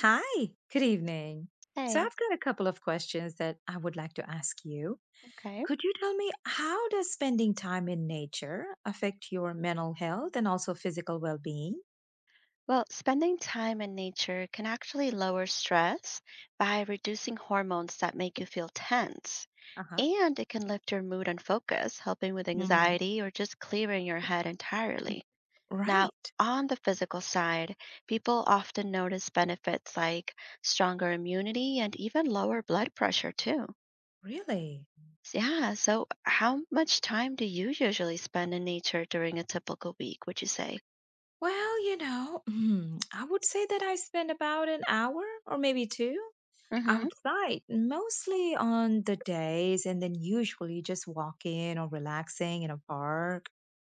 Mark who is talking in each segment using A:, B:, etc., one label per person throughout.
A: Hi, good evening. So
B: Hey,
A: I've got a couple of questions that I would like to ask you.
B: okay.
A: Could you tell me how does spending time in nature affect your mental health and also physical well-being?
B: Well, spending time in nature can actually lower stress by reducing hormones that make you feel tense.
A: Uh-huh.
B: And it can lift your mood and focus, helping with
A: Mm.
B: anxiety or just clearing your head entirely. Now,
A: Right.
B: on the physical side, people often notice benefits like stronger immunity and even lower blood pressure, too.
A: Really?
B: Yeah, so how much time do you usually spend in nature during a typical week, would you say?
A: Well, I would say that I spend about an hour or maybe two outside, mostly on the days and then usually just walking or relaxing in a park.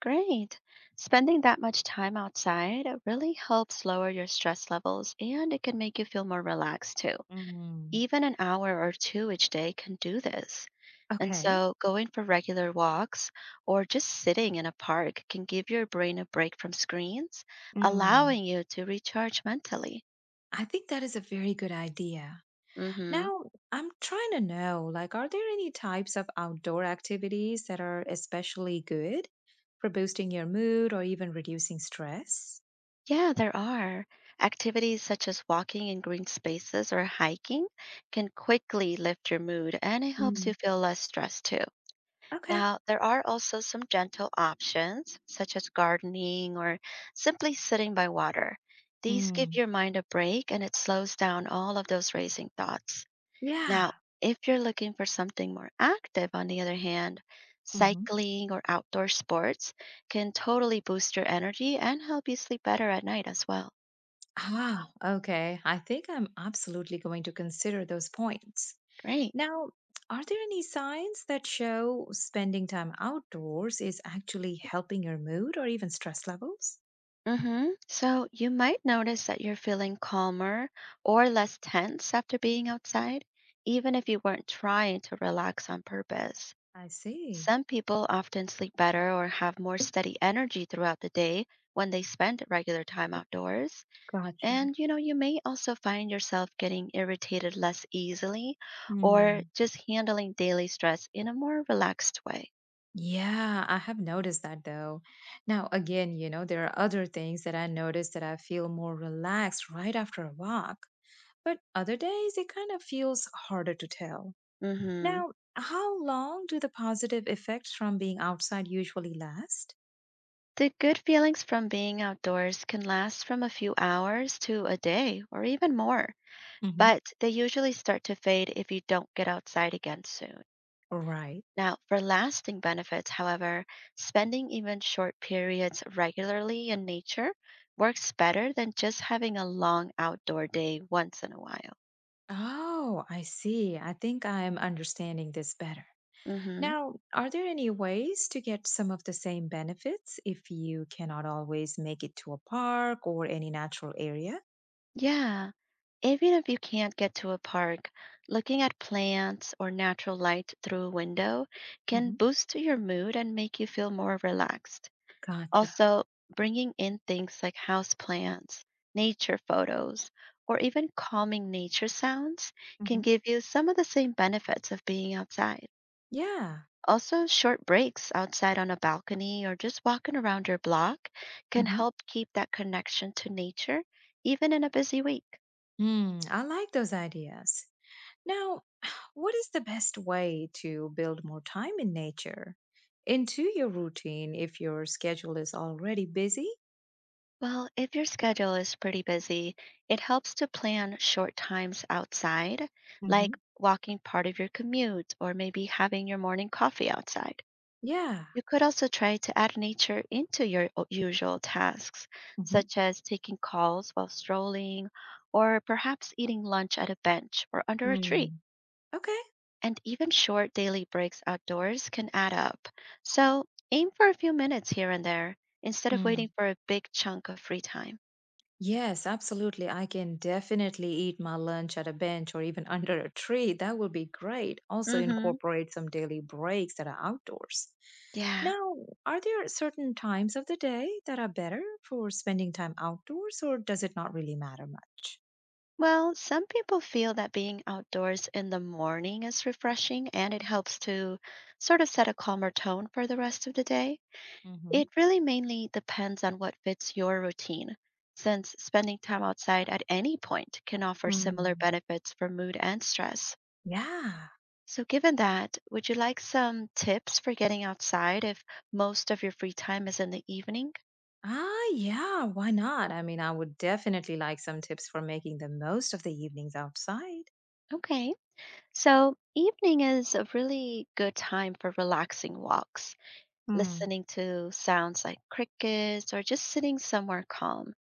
B: Great. Spending that much time outside really helps lower your stress levels and it can make you feel more relaxed too.
A: Mm.
B: Even an hour or two each day can do this. And
A: Okay.
B: so, going for regular walks or just sitting in a park can give your brain a break from screens,
A: Mm.
B: allowing you to recharge mentally.
A: I think that is a very good idea.
B: hmm
A: Now, I'm trying to know, like, are there any types of outdoor activities that are especially good for boosting your mood or even reducing stress?
B: Yeah, there are. Activities such as walking in green spaces or hiking can quickly lift your mood and it helps you
A: Mm.
B: feel less stressed too.
A: Okay.
B: Now, there are also some gentle options, such as gardening or simply sitting by water. These give
A: Mm.
B: your mind a break and it slows down all of those racing thoughts. Now,
A: Yeah.
B: if you're looking for something more active, on the other hand,
A: Hmm.
B: cycling or outdoor sports can totally boost your energy and help you sleep better at night as well.
A: Ah, okay. I think I'm absolutely going to consider those points.
B: Great.
A: Now, are there any signs that show spending time outdoors is actually helping your mood or even stress levels?
B: Mm-hmm. So you might notice that you're feeling calmer or less tense after being outside, even if you weren't trying to relax on purpose.
A: I see.
B: Some people often sleep better or have more steady energy throughout the day when they spend regular time outdoors.
A: Gotcha.
B: And you may also find yourself getting irritated less easily or
A: Hmm.
B: just handling daily stress in a more relaxed way.
A: Yeah, I have noticed that though. Now, again, there are other things that I notice that I feel more relaxed right after a walk, but other days it kind of feels harder to tell.
B: Mm-hmm.
A: Now, how long do the positive effects from being outside usually last?
B: The good feelings from being outdoors can last from a few hours to a day or even more,
A: Hmm.
B: but they usually start to fade if you don't get outside again soon.
A: Right.
B: Now, for lasting benefits, however, spending even short periods regularly in nature works better than just having a long outdoor day once in a while.
A: Oh, I see. I think I'm understanding this better.
B: hmm
A: Now, are there any ways to get some of the same benefits if you cannot always make it to a park or any natural area?
B: Yeah. Even if you can't get to a park, looking at plants or natural light through a window can
A: Hmm.
B: boost your mood and make you feel more relaxed.
A: Gotcha.
B: Also, bringing in things like houseplants, nature photos, or even calming nature sounds can
A: Hmm.
B: give you some of the same benefits of being outside.
A: Yeah.
B: Also, short breaks outside on a balcony or just walking around your block can
A: Hmm.
B: help keep that connection to nature even in a busy week.
A: Hmm, I like those ideas. Now, what is the best way to build more time in nature into your routine if your schedule is already busy?
B: Well, if your schedule is pretty busy, it helps to plan short times outside, like
A: Hmm.
B: walking part of your commute or maybe having your morning coffee outside.
A: Yeah.
B: You could also try to add nature into your usual tasks,
A: Hmm.
B: such as taking calls while strolling, or perhaps eating lunch at a bench or under a tree.
A: Hmm. Okay.
B: And even short daily breaks outdoors can add up. So aim for a few minutes here and there instead of waiting
A: Hmm.
B: for a big chunk of free time.
A: Yes, absolutely. I can definitely eat my lunch at a bench or even under a tree. That would be great. Also,
B: hmm
A: incorporate some daily breaks that are outdoors.
B: Yeah.
A: Now, are there certain times of the day that are better for spending time outdoors, or does it not really matter much?
B: Well, some people feel that being outdoors in the morning is refreshing and it helps to sort of set a calmer tone for the rest of the day.
A: Hmm.
B: It really mainly depends on what fits your routine, since spending time outside at any point can offer similar
A: Mm,
B: benefits for mood and stress.
A: yeah.
B: So, given that, would you like some tips for getting outside if most of your free time is in the evening?
A: Ah, yeah, why not? I mean, I would definitely like some tips for making the most of the evenings outside.
B: Okay. So, evening is a really good time for relaxing walks
A: Mm.
B: listening to sounds like crickets or just sitting somewhere calm.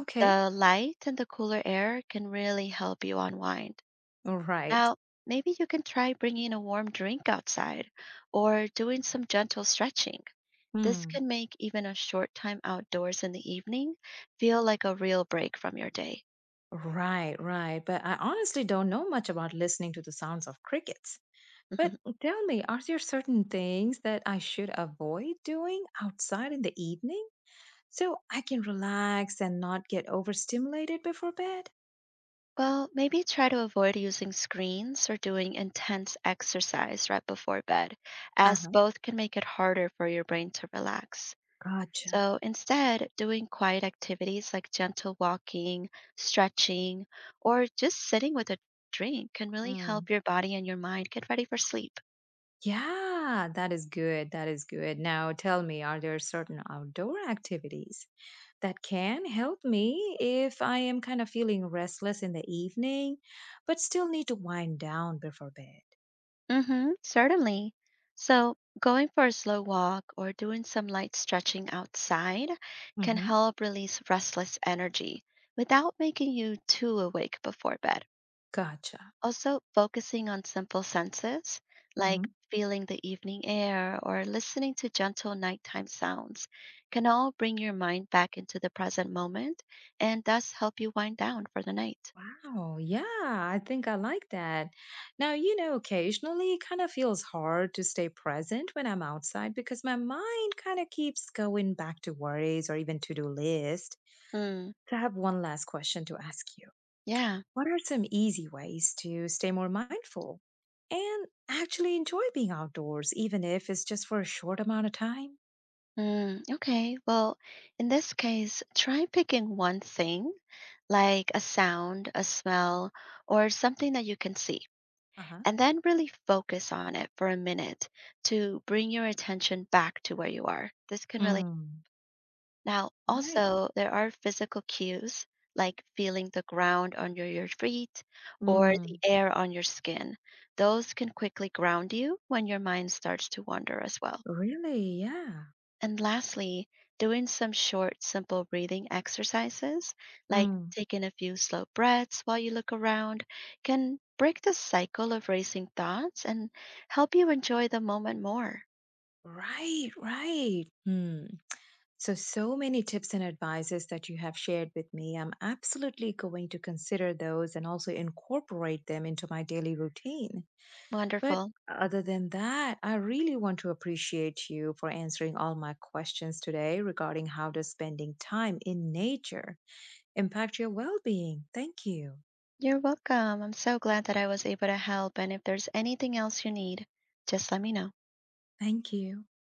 A: Okay,
B: The light and the cooler air can really help you unwind.
A: all right.
B: Now, maybe you can try bringing a warm drink outside or doing some gentle stretching. This
A: Hmm.
B: can make even a short time outdoors in the evening feel like a real break from your day.
A: Right, right. But I honestly don't know much about listening to the sounds of crickets. But tell me, are there certain things that I should avoid doing outside in the evening so I can relax and not get overstimulated before bed?
B: Well, maybe try to avoid using screens or doing intense exercise right before bed,
A: Uh
B: as
A: huh.
B: both can make it harder for your brain to relax.
A: Gotcha.
B: So instead, doing quiet activities like gentle walking, stretching, or just sitting with a drink can really
A: Mm.
B: help your body and your mind get ready for sleep.
A: Yeah, that is good. That is good. Now tell me, are there certain outdoor activities that can help me if I am kind of feeling restless in the evening, but still need to wind down before bed?
B: Mm-hmm, certainly. So going for a slow walk or doing some light stretching outside can
A: Mhm.
B: help release restless energy without making you too awake before bed.
A: Gotcha.
B: Also, focusing on simple senses like
A: Mhm.
B: feeling the evening air or listening to gentle nighttime sounds can all bring your mind back into the present moment and thus help you wind down for the night.
A: Wow. Yeah, I think I like that. Now, occasionally it kind of feels hard to stay present when I'm outside because my mind kind of keeps going back to worries or even to-do list.
B: Mm,
A: So I have one last question to ask you.
B: yeah.
A: What are some easy ways to stay more mindful and actually enjoy being outdoors, even if it's just for a short amount of time?
B: Okay. Well, in this case, try picking one thing like a sound, a smell, or something that you can see,
A: Uh-huh.
B: and then really focus on it for a minute to bring your attention back to where you are. This can really.
A: Mm.
B: Now,
A: Right.
B: also, there are physical cues like feeling the ground under your feet or the
A: Mm.
B: air on your skin. Those can quickly ground you when your mind starts to wander as well.
A: Really? Yeah.
B: And lastly, doing some short, simple breathing exercises like
A: Mm.
B: taking a few slow breaths while you look around can break the cycle of racing thoughts and help you enjoy the moment more.
A: Right, right. Hmm. So, so many tips and advices that you have shared with me. I'm absolutely going to consider those and also incorporate them into my daily routine. But
B: Wonderful.
A: other than that, I really want to appreciate you for answering all my questions today regarding how does spending time in nature impact your well-being. Thank you.
B: You're welcome. I'm so glad that I was able to help. And if there's anything else you need, just let me know.
A: Thank you.